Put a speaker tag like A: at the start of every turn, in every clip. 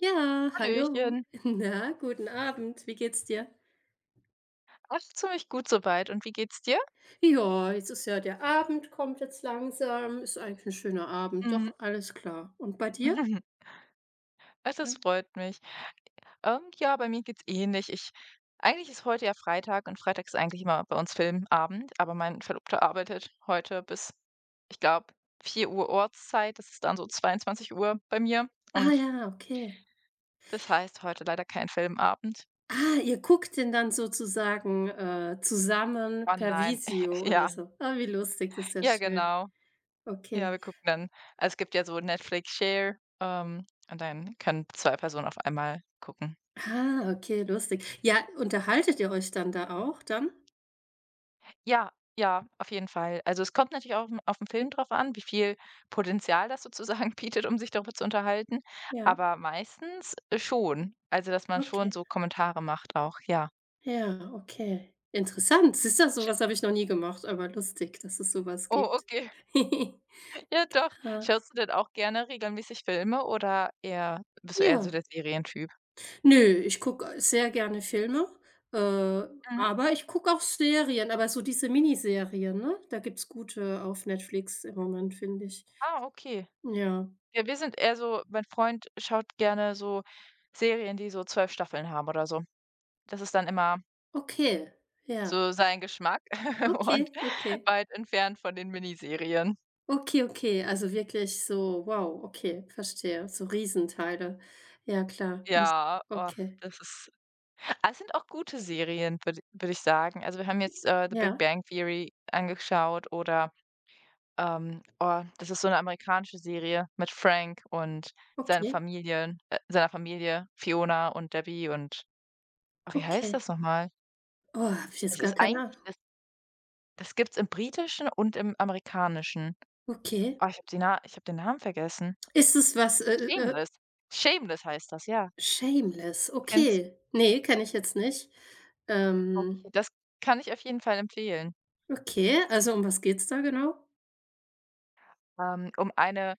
A: Ja, hallo.
B: Hallöchen.
A: Na, guten Abend. Wie geht's dir?
B: Ach, ziemlich gut so weit. Und wie geht's dir?
A: Ja, jetzt ist ja der Abend, kommt jetzt langsam. Ist eigentlich ein schöner Abend.
B: Mhm.
A: Doch, alles klar. Und bei dir?
B: Ah,
A: Ja.
B: das freut mich. Ja, bei mir geht's ähnlich. Ich Eigentlich ist heute ja Freitag, und Freitag ist eigentlich immer bei uns Filmabend, aber mein Verlobter arbeitet heute bis, ich glaube, 4 Uhr Ortszeit. Das ist dann so 22 Uhr bei mir.
A: Ah
B: Und
A: ja, okay.
B: das heißt, heute leider kein Filmabend.
A: Ah, ihr guckt den dann sozusagen, zusammen
B: Oh
A: per
B: nein.
A: Visio oder
B: Ja,
A: so. Ah, wie lustig, das ist
B: ja,
A: ja schön.
B: genau. Ja,
A: Okay.
B: wir gucken dann es gibt ja so Netflix Share, und dann können 2 Personen auf einmal gucken.
A: Ah, okay, lustig. Ja, unterhaltet ihr euch dann da auch dann?
B: Ja, ja, auf jeden Fall. Also, es kommt natürlich auch auf den Film drauf an, wie viel Potenzial das sozusagen bietet, um sich darüber zu unterhalten,
A: Ja,
B: aber meistens schon. Also, dass man schon
A: okay.
B: so Kommentare macht auch, ja.
A: Ja, okay. Interessant. Siehst du, sowas?
B: Sch
A: Was habe ich noch nie gemacht, aber lustig, dass es sowas
B: Oh,
A: gibt.
B: okay. Ja, doch.
A: Ja.
B: Schaust du denn auch gerne regelmäßig Filme, oder eher bist du eher so
A: Ja.
B: der Serientyp?
A: Nö, ich gucke sehr gerne Filme, äh,
B: Mhm.
A: aber ich gucke auch Serien, aber so diese Miniserien, ne? Da gibt's gute auf Netflix im Moment, finde ich.
B: Ah, okay.
A: Ja.
B: Ja, wir sind eher so mein Freund schaut gerne so Serien, die so 12 Staffeln haben oder so. Das ist dann immer
A: Okay. Ja.
B: so sein Geschmack und
A: Okay, okay.
B: weit entfernt von den Miniserien.
A: Okay, okay. Also wirklich so, wow, okay, verstehe. So Riesenteile. Ja, klar. Muss
B: Ja, oh,
A: Okay.
B: das ist Ah, es sind auch gute Serien, würde ich sagen. Also, wir haben jetzt, „The Big
A: Ja,
B: Bang Theory" angeschaut. Oh, das ist so eine amerikanische Serie mit Frank und seinen
A: okay,
B: Familien seiner Familie, Fiona und Debbie und oh, wie heißt
A: okay.
B: das noch mal?
A: Oh, habe ich jetzt
B: Das
A: gar
B: ist
A: keine Ahnung.
B: eigentlich das, gibt's im Britischen und im Amerikanischen.
A: Okay.
B: Oh, ich habe hab die Na Ich habe den Namen vergessen.
A: Ist es was,
B: „Shameless". „Shameless" heißt das, ja.
A: Shameless?
B: Kennst
A: Okay. Nee, kenne ich jetzt nicht. Ähm,
B: Okay, das kann ich auf jeden Fall empfehlen.
A: okay, also um was geht's da genau?
B: Um eine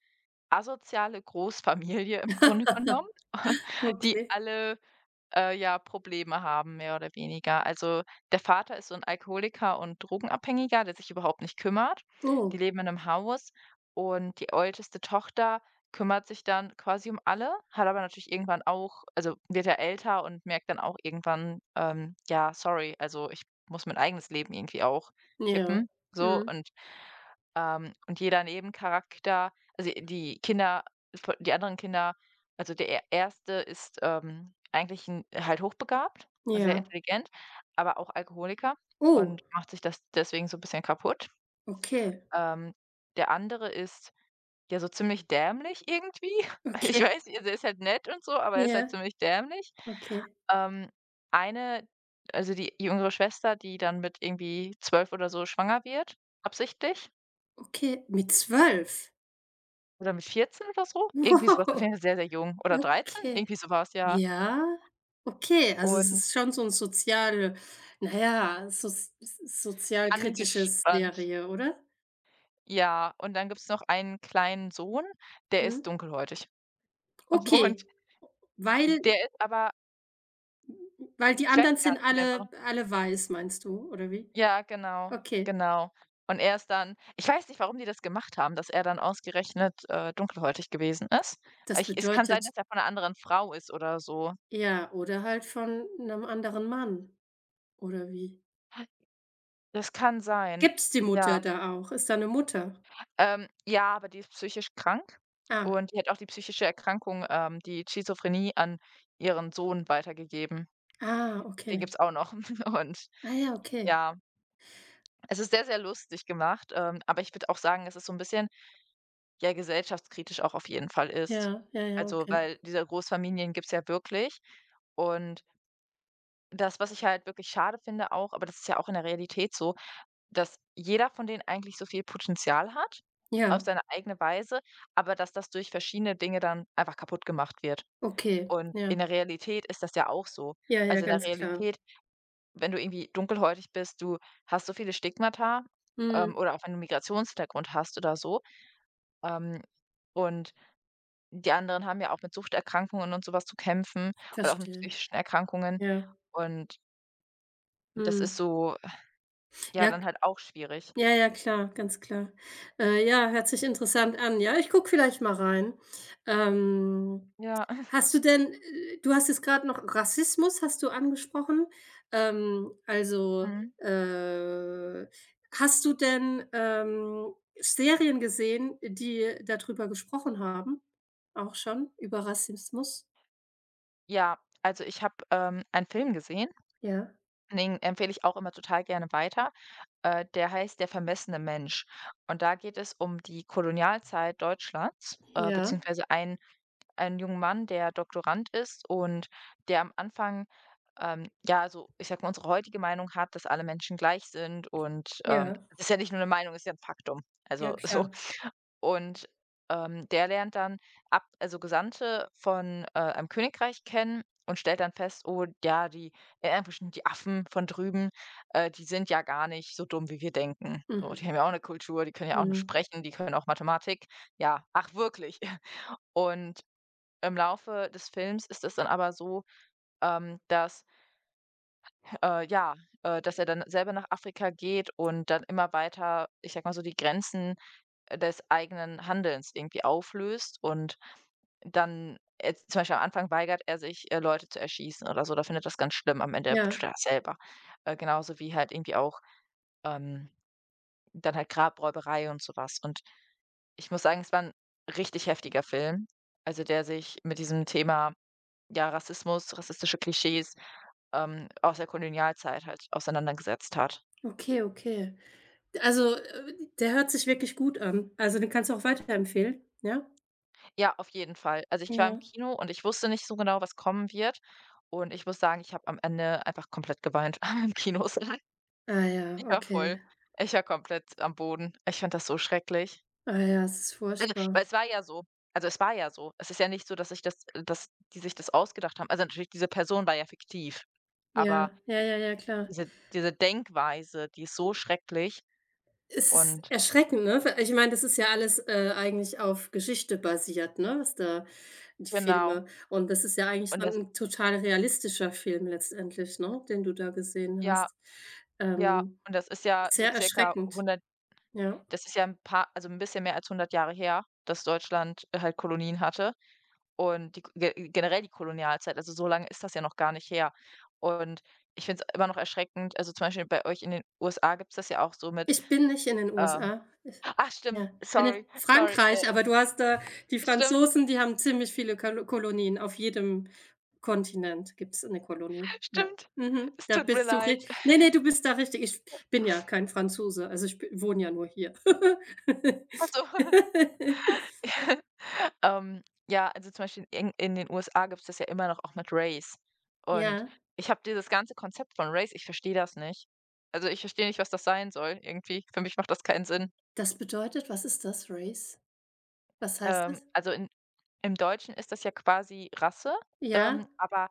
B: asoziale Großfamilie im Grunde genommen, die
A: Okay.
B: alle ja, Probleme haben, mehr oder weniger. Also, der Vater ist so ein Alkoholiker und Drogenabhängiger, der sich überhaupt nicht kümmert. Die
A: Oh,
B: leben in einem Haus, und die älteste Tochter kümmert sich dann quasi um alle, hat aber natürlich irgendwann wird ja älter und merkt dann auch irgendwann, „Ja, sorry, also, ich muss mein eigenes Leben irgendwie auch
A: ja.
B: kippen", so.
A: Mhm.
B: Und und jeder Nebencharakter, die anderen Kinder, also der e erste ist, eigentlich 'n halt hochbegabt, sehr
A: Ja.
B: intelligent, aber auch Alkoholiker, und
A: Oh,
B: macht sich das deswegen so ein bisschen kaputt.
A: okay.
B: Ähm, Der andere ist, ja, so ziemlich dämlich irgendwie. Ich
A: Okay.
B: weiß Also er ist halt nett und so, aber er ist halt
A: Ja,
B: ziemlich dämlich.
A: okay.
B: Ähm, eine Also die jüngere Schwester, die dann mit irgendwie 12 oder so schwanger wird, absichtlich.
A: Okay, mit zwölf?
B: Oder mit 14 oder so? Irgendwie sowas, was, auf
A: Wow,
B: jeden Fall sehr, sehr jung. Oder 13,
A: okay.
B: irgendwie sowas, ja.
A: Ja, okay, also es
B: Und
A: ist schon so ein sozial naja, ja, sozialkritisches
B: angespannt.
A: Serie, oder?
B: Ja, und dann gibt's noch einen kleinen Sohn, der
A: Mhm.
B: ist dunkelhäutig. Und
A: Okay, weil
B: der ist aber
A: weil die
B: Ich weiß
A: anderen sind
B: gar nicht mehr, warum.
A: alle weiß, meinst du, oder wie?
B: Ja, genau,
A: Okay,
B: genau. Und er ist dann ich weiß nicht, warum die das gemacht haben, dass er dann ausgerechnet, dunkelhäutig gewesen ist.
A: das
B: Ich Es kann sein,
A: bedeutet,
B: dass er von einer anderen Frau ist oder so.
A: ja, oder halt von 'nem anderen Mann, oder wie?
B: Das kann sein,
A: Gibt's die
B: ja.
A: Mutter da auch? Ist da 'ne Mutter?
B: Ja, aber die ist psychisch krank,
A: Ah,
B: und die hat auch die psychische Erkrankung, die Schizophrenie, an ihren Sohn weitergegeben.
A: ah,
B: Den
A: okay.
B: gibt's auch noch. Und
A: Ah ja, okay.
B: ja, es ist sehr, sehr lustig gemacht, aber ich würde auch sagen, dass es so ein bisschen, ja, gesellschaftskritisch auch auf jeden Fall ist.
A: Ja, ja, ja,
B: Also,
A: okay.
B: weil diese Großfamilien gibt's ja wirklich, und das, was ich halt wirklich schade finde auch, aber das ist ja auch in der Realität so, dass jeder von denen eigentlich so viel Potenzial hat auf
A: Ja,
B: seine eigene Weise, aber dass das durch verschiedene Dinge dann einfach kaputt gemacht wird.
A: okay,
B: Und
A: ja.
B: in der Realität ist das ja auch so.
A: Ja, ja,
B: Also, in der
A: ganz klar.
B: Realität, wenn du irgendwie dunkelhäutig bist, du hast so viele Stigmata,
A: Mhm,
B: oder auch wenn du einen Migrationshintergrund hast oder so, ähm, und die anderen haben ja auch mit Suchterkrankungen und sowas zu kämpfen, oder auch mit
A: verstehe.
B: psychischen Erkrankungen,
A: Ja,
B: und das ist
A: mhm.
B: so, ja,
A: Ja, k
B: dann halt auch schwierig.
A: ja, ja, klar, ganz klar. Ja, hört sich interessant an. Ja, ich gucke vielleicht mal rein. Ähm
B: Ja.
A: Hast du denn, du hast jetzt gerade noch Rassismus hast du angesprochen. Also, hast du denn, Serien gesehen, die darüber gesprochen haben? Auch schon über Rassismus?
B: Ja, also ich habe, einen Film gesehen,
A: Ja.
B: den empfehle ich auch immer total gerne weiter. Der heißt „Der vermessene Mensch", und da geht es um die Kolonialzeit Deutschlands,
A: Ja.
B: beziehungsweise ein einen jungen Mann, der Doktorand ist, und der am Anfang, ja, also ich sage mal, unsere heutige Meinung hat, dass alle Menschen gleich sind, und
A: Ja,
B: das ist ja nicht nur eine Meinung, ist ja ein Faktum.
A: ja,
B: Also so.
A: klar.
B: Und der lernt dann also Gesandte von einem Königreich kennen und stellt dann fest, oh ja, die, in Anführungsstrichen, die Affen von drüben, die sind ja gar nicht so dumm, wie wir denken. So, die
A: Mhm,
B: haben ja auch eine Kultur, die können ja auch nur
A: mhm.
B: sprechen, die können auch Mathematik. Ja, ach wirklich. Und im Laufe des Films ist es dann aber so, ähm, dass, äh, ja, dass er dann selber nach Afrika geht und dann immer weiter, ich sag mal so, die Grenzen, des eigenen Handelns irgendwie auflöst. Und dann jetzt zum Beispiel am Anfang weigert er sich, Leute zu erschießen oder so, da findet das ganz schlimm. Am Ende
A: Ja,
B: tut er das selber. Genauso wie halt irgendwie auch ähm, dann halt Grabräuberei und sowas. Und ich muss sagen, es war ein richtig heftiger Film, also der sich mit diesem Thema, ja, Rassismus, rassistische Klischees, aus der Kolonialzeit halt auseinandergesetzt hat.
A: okay, okay. Also, der hört sich wirklich gut an. Also, den kannst du auch weiterempfehlen, ja?
B: Ja, auf jeden Fall. Also, ich war im
A: Ja.
B: Kino und ich wusste nicht so genau, was kommen wird. Und ich muss sagen, ich habe am Ende einfach komplett geweint im Kinosaal.
A: Ah ja,
B: Ich war ja
A: okay.
B: voll Ich war komplett am Boden. Ich fand das so schrecklich.
A: Ah ja, es ist
B: Also,
A: furchtbar.
B: weil es war ja so also, es war ja so. Es ist ja nicht so, dass ich das dass die sich das ausgedacht haben. Also, natürlich, diese Person war ja fiktiv,
A: Ja,
B: aber
A: ja, ja, ja, klar.
B: diese Denkweise, die ist so schrecklich,
A: Es ist
B: und
A: erschreckend, ne? Weil ich meine, das ist ja alles, eigentlich auf Geschichte basiert, ne, was da, die
B: genau.
A: Filme, und das ist ja eigentlich
B: Und
A: dann ein total realistischer Film letztendlich, ne, den du da gesehen
B: ja,
A: hast.
B: ja,
A: Ähm,
B: und das ist ja so
A: Sehr
B: circa
A: erschreckend,
B: 100
A: ja.
B: das ist ja ein paar, also ein bisschen mehr als 100 Jahre her, dass Deutschland halt Kolonien hatte, und die Ko ge generell die Kolonialzeit, also so lange ist das ja noch gar nicht her. Und ich finde es immer noch erschreckend, also zum Beispiel bei euch in den USA gibt's das ja auch so mit,
A: Ich bin nicht in den
B: ähm
A: USA. Ich
B: ach stimmt,
A: Ja, ich bin in
B: sorry, sorry,
A: Frankreich, aber du hast da die
B: stimmt,
A: Franzosen, die haben ziemlich viele Kalo Kolonien. Auf jedem Kontinent gibt's 'ne Kolonie. Ja,
B: stimmt.
A: mhm.
B: Es
A: Da
B: tut mir
A: bist du
B: leid.
A: rich ne, ne, du bist da richtig. Ich bin ja kein Franzose, also ich b wohne ja nur hier.
B: Also Ähm, ja, also zum Beispiel in den USA es das ja immer noch auch mit Race. Und
A: Ja,
B: ich habe Dieses ganze Konzept von Race, ich verstehe das nicht. Also, ich verstehe nicht, was das sein soll irgendwie. Für mich macht das keinen Sinn.
A: das bedeutet, was ist das, Race? Was heißt das?
B: Also, in im Deutschen ist das ja quasi Rasse,
A: Ja,
B: aber,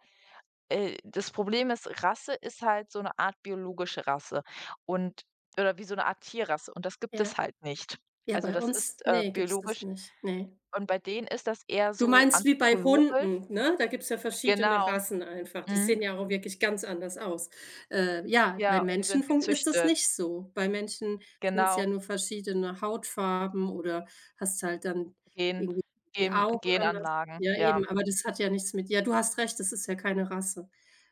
B: das Problem ist, Rasse ist halt so eine Art biologische Rasse, und oder wie so eine Art Tierrasse, und das gibt
A: ja.
B: es halt nicht.
A: Ja,
B: Also,
A: bei
B: das
A: uns,
B: ist,
A: ne, gibt's das
B: biologisch,
A: nicht. Ne.
B: und bei denen ist das eher
A: Du
B: so
A: meinst wie bei
B: anthropologisch.
A: Hunden, ne? Da gibt's ja verschiedene
B: Genau.
A: Rassen einfach. Die
B: Mhm.
A: sehen ja auch wirklich ganz anders aus. Ja, bei
B: Ja, und die
A: Menschen
B: sind
A: fun ist das
B: gezüchtet.
A: nicht so. Bei Menschen sind's ja
B: Genau,
A: nur verschiedene Hautfarben, oder hast halt dann
B: Gen
A: irgendwie die Augen anders.
B: Genanlagen,
A: Ja,
B: ja,
A: eben, aber das hat ja nichts mit, ja, du hast recht, das ist ja keine Rasse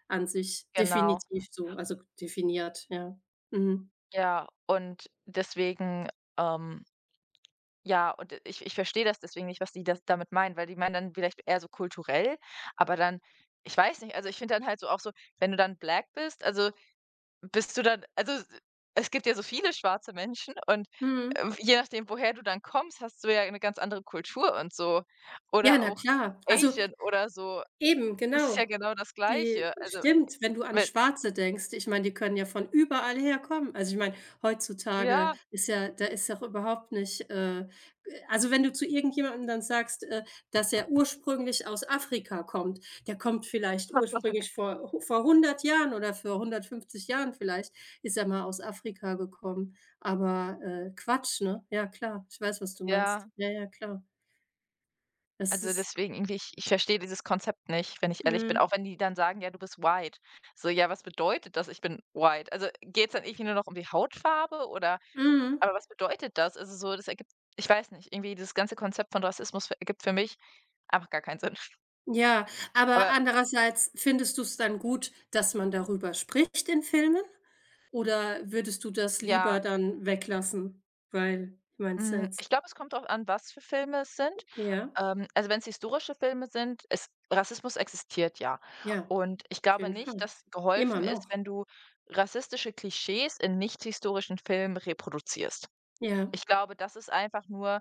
A: an sich,
B: genau.
A: definitiv so, also definiert, ja. Mhm.
B: Ja, und deswegen, ähm ja, und ich verstehe das deswegen nicht, was die das damit meinen, weil die meinen dann vielleicht eher so kulturell, aber dann, ich weiß nicht, also, ich finde dann halt so auch so, wenn du dann Black bist, also, bist du dann also, s es gibt ja so viele schwarze Menschen, und,
A: Mhm.
B: je nachdem, woher du dann kommst, hast du ja eine ganz andere Kultur und so.
A: Ja,
B: Oder
A: na
B: auch
A: klar. Also
B: Asian oder so.
A: eben,
B: Das ist ja
A: genau.
B: genau das
A: Die
B: Gleiche. Also,
A: stimmt, wenn du an
B: wenn
A: Schwarze denkst. Ich meine, die können ja von überall herkommen. Also, ich meine, heutzutage
B: Ja,
A: ist ja, da ist doch überhaupt nicht, also, wenn du zu irgendjemandem dann sagst, dass er ursprünglich aus Afrika kommt, der kommt vielleicht ursprünglich vor, hu vor hundert Jahren oder vor hundertfünfzig Jahren vielleicht ist er mal aus Afrika gekommen. Aber, Quatsch, ne? Ja, klar. Ich weiß, was du meinst.
B: ja.
A: Ja, ja, klar. Das
B: Also,
A: ist,
B: deswegen irgendwie, ich verstehe dieses Konzept nicht, wenn ich ehrlich bin.
A: mhm.
B: Auch wenn die dann sagen: „Ja, du bist white." So, ja, was bedeutet das, ich bin white? Also, geht es dann irgendwie nur noch um die Hautfarbe, oder
A: Mhm.
B: aber was bedeutet das? Also, so, das ergibt ich weiß nicht, irgendwie dieses ganze Konzept von Rassismus f ergibt für mich einfach gar keinen Sinn.
A: Ja, aber
B: Aber
A: andererseits findest du es dann gut, dass man darüber spricht in Filmen? Oder würdest du das lieber
B: ja,
A: dann weglassen? Weil, ich meine es jetzt,
B: Ich glaube, es kommt drauf an, was für Filme es sind.
A: ja,
B: Also wenn's historische Filme sind, es Rassismus existiert ja.
A: ja, auf
B: Und ich glaube
A: jeden
B: nicht,
A: Fall.
B: dass
A: Immer
B: geholfen ist,
A: noch.
B: wenn du rassistische Klischees in nicht-historischen Filmen reproduzierst.
A: Ja.
B: Ich glaube, das ist einfach nur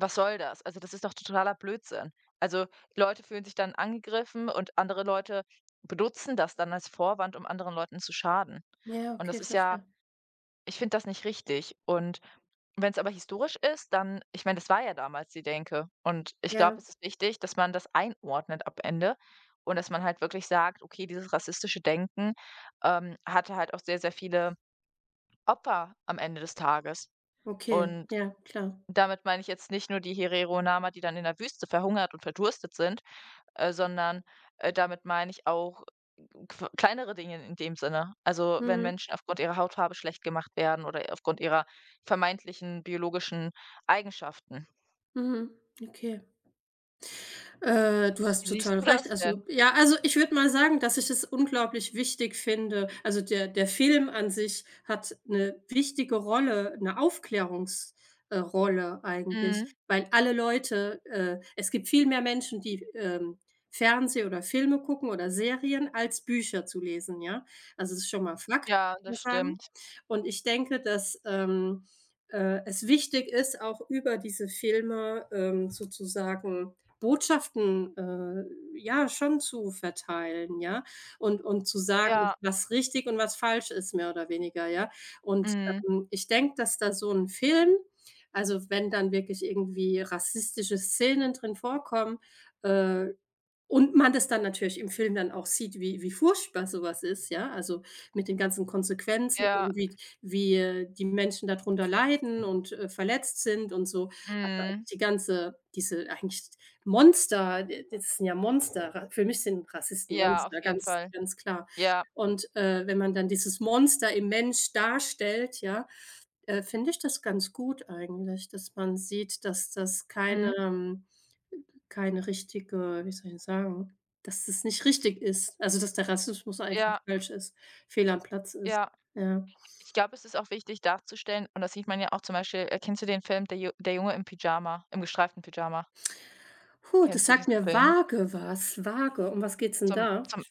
B: was soll das? Also, das ist doch totaler Blödsinn. Also, Leute fühlen sich dann angegriffen und andere Leute benutzen das dann als Vorwand, um anderen Leuten zu schaden.
A: Ja,
B: Und das
A: okay,
B: ist ja
A: verstehe.
B: Ich finde das nicht richtig. Und wenn es aber historisch ist, dann, ich meine, das war ja damals die Denke. Und ich glaube,
A: Ja,
B: es ist wichtig, dass man das einordnet ab Ende und dass man halt wirklich sagt: „Okay, dieses rassistische Denken, hatte halt auch sehr, sehr viele Opfer am Ende des Tages."
A: okay,
B: Und
A: ja, klar.
B: damit meine ich jetzt nicht nur die Herero Nama, die dann in der Wüste verhungert und verdurstet sind, sondern, damit meine ich auch qu kleinere Dinge in dem Sinne. Also, wenn
A: Mhm,
B: Menschen aufgrund ihrer Hautfarbe schlecht gemacht werden oder aufgrund ihrer vermeintlichen biologischen Eigenschaften.
A: mhm, okay. Du hast
B: Wie siehst
A: total
B: du
A: recht.
B: das
A: Also,
B: denn?
A: ja, also ich würde mal sagen, dass ich es unglaublich wichtig finde. Also der Film an sich hat eine wichtige Rolle, eine Aufklärungs Rolle eigentlich,
B: Mhm.
A: weil alle Leute es gibt viel mehr Menschen, die, Fernseh oder Filme gucken oder Serien, als Bücher zu lesen, ja? Also, es ist schon mal Fakt,
B: Ja,
A: würde
B: das
A: ich sagen.
B: stimmt.
A: Und ich denke, dass, es wichtig ist, auch über diese Filme, sozusagen Botschaften, ja, schon zu verteilen, ja, und zu sagen,
B: Ja,
A: was richtig und was falsch ist, mehr oder weniger, ja. Und,
B: mhm.
A: ich denke, dass da so ein Film, also, wenn dann wirklich irgendwie rassistische Szenen drin vorkommen, äh, und man das dann natürlich im Film dann auch sieht, wie furchtbar sowas ist, ja, also, mit den ganzen Konsequenzen
B: Ja,
A: und wie die Menschen darunter leiden und, verletzt sind und so. Also, eigentlich
B: mhm.
A: die ganze, diese eigentlich Monster, d das sind ja Monster. Ra Für mich sind Rassisten
B: Ja, auf
A: Monster,
B: jeden
A: ganz,
B: Fall.
A: ganz klar.
B: Ja,
A: Und, wenn man dann dieses Monster im Mensch darstellt, ja, finde ich das ganz gut eigentlich, dass man sieht, dass das keine,
B: mhm.
A: keine richtige, wie soll ich sagen, dass es nicht richtig ist. Also, dass der Rassismus einfach
B: Ja,
A: falsch ist, fehl am Platz ist.
B: ja.
A: Ja.
B: Ich glaube, es ist auch wichtig darzustellen, und das sieht man ja auch zum Beispiel, kennst du den Film Der Junge im Pyjama im gestreiften Pyjama?
A: Puh, das
B: Kennst du
A: sagt
B: diesen
A: mir
B: Film?
A: vage was, vage. Um was geht's denn
B: Zum
A: da?
B: zum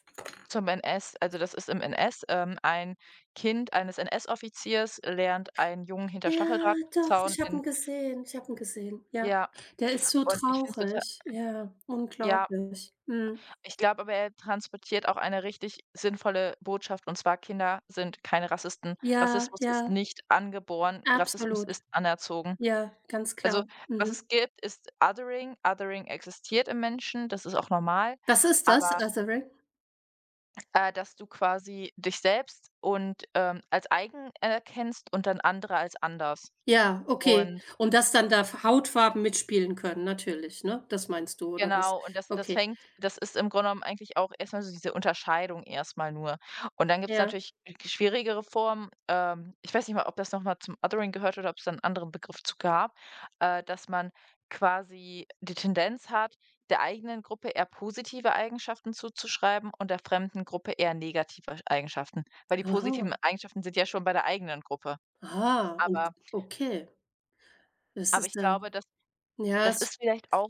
B: Zum NS, also, das ist im NS. Ein Kind eines NS-Offiziers lernt einen Jungen hinter
A: Ja, doch,
B: Stacheldrahtzaun
A: ich habe
B: in
A: ihn gesehen. Ich habe ihn gesehen, ja.
B: ja,
A: Der ist so
B: und ich finde es total
A: traurig. Ja,
B: ja,
A: unglaublich. Mhm.
B: ich glaube aber, er transportiert auch eine richtig sinnvolle Botschaft, und zwar: Kinder sind keine Rassisten.
A: Ja,
B: Rassismus
A: ja,
B: ist nicht angeboren, Rassismus
A: absolut.
B: ist anerzogen.
A: Ja, ganz
B: Also,
A: klar.
B: was es
A: Mhm.
B: gibt, ist Othering. Othering existiert im Menschen, das ist auch normal,
A: Was ist das?
B: aber
A: Othering?
B: Dass du quasi dich selbst, und, als eigen erkennst und dann andere als anders.
A: Ja, okay.
B: Und
A: Und dass dann da F Hautfarben mitspielen können, natürlich, ne? Das meinst du, oder was?
B: genau, und das das
A: Okay.
B: fängt das ist im Grunde genommen eigentlich auch erstmal so diese Unterscheidung erstmal nur. Und dann gibt's
A: Ja.
B: natürlich schwierigere Formen. Ich weiß nicht mal, ob das nochmal zum Othering gehört oder ob's da einen anderen Begriff zu gab, dass man quasi die Tendenz hat, der eigenen Gruppe eher positive Eigenschaften zuzuschreiben und der fremden Gruppe eher negative Eigenschaften, weil die positiven
A: Aha.
B: Eigenschaften sind ja schon bei der eigenen Gruppe.
A: Aha. Und
B: Aber
A: okay. Das
B: aber
A: ist,
B: ich glaube, dass
A: ja,
B: das
A: es
B: ist vielleicht auch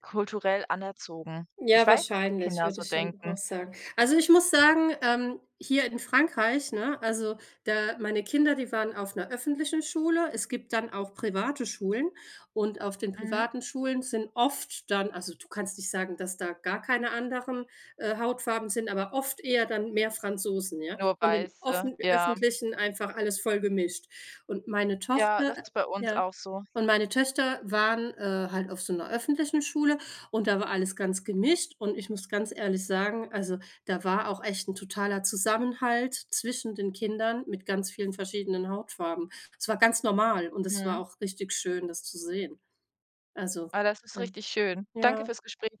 B: kulturell anerzogen. Ich
A: Ja,
B: weiß nicht, ob
A: wahrscheinlich,
B: Kinder
A: würde
B: so
A: ich schon
B: denken.
A: auch sagen. Also, ich muss sagen, hier in Frankreich, ne, also, da meine Kinder, die waren auf einer öffentlichen Schule. Es gibt dann auch private Schulen, und auf den
B: Mhm.
A: privaten Schulen sind oft dann, also, du kannst nicht sagen, dass da gar keine anderen, Hautfarben sind, aber oft eher dann mehr Franzosen, ja,
B: Nur
A: und im
B: weiße,
A: offen
B: ja.
A: öffentlichen einfach alles voll gemischt. Und meine
B: Ja,
A: Tochter
B: das ist bei uns
A: ja,
B: auch so.
A: und meine Töchter waren, halt auf so einer öffentlichen Schule, und da war alles ganz gemischt und ich muss ganz ehrlich sagen, also, da war auch echt 'n totaler Zusammenhalt zwischen den Kindern mit ganz vielen verschiedenen Hautfarben. Es war ganz normal und es war
B: Mhm.
A: auch richtig schön, das zu sehen. Also,
B: Ah, das ist
A: ja.
B: richtig schön. Danke
A: Ja.
B: fürs Gespräch.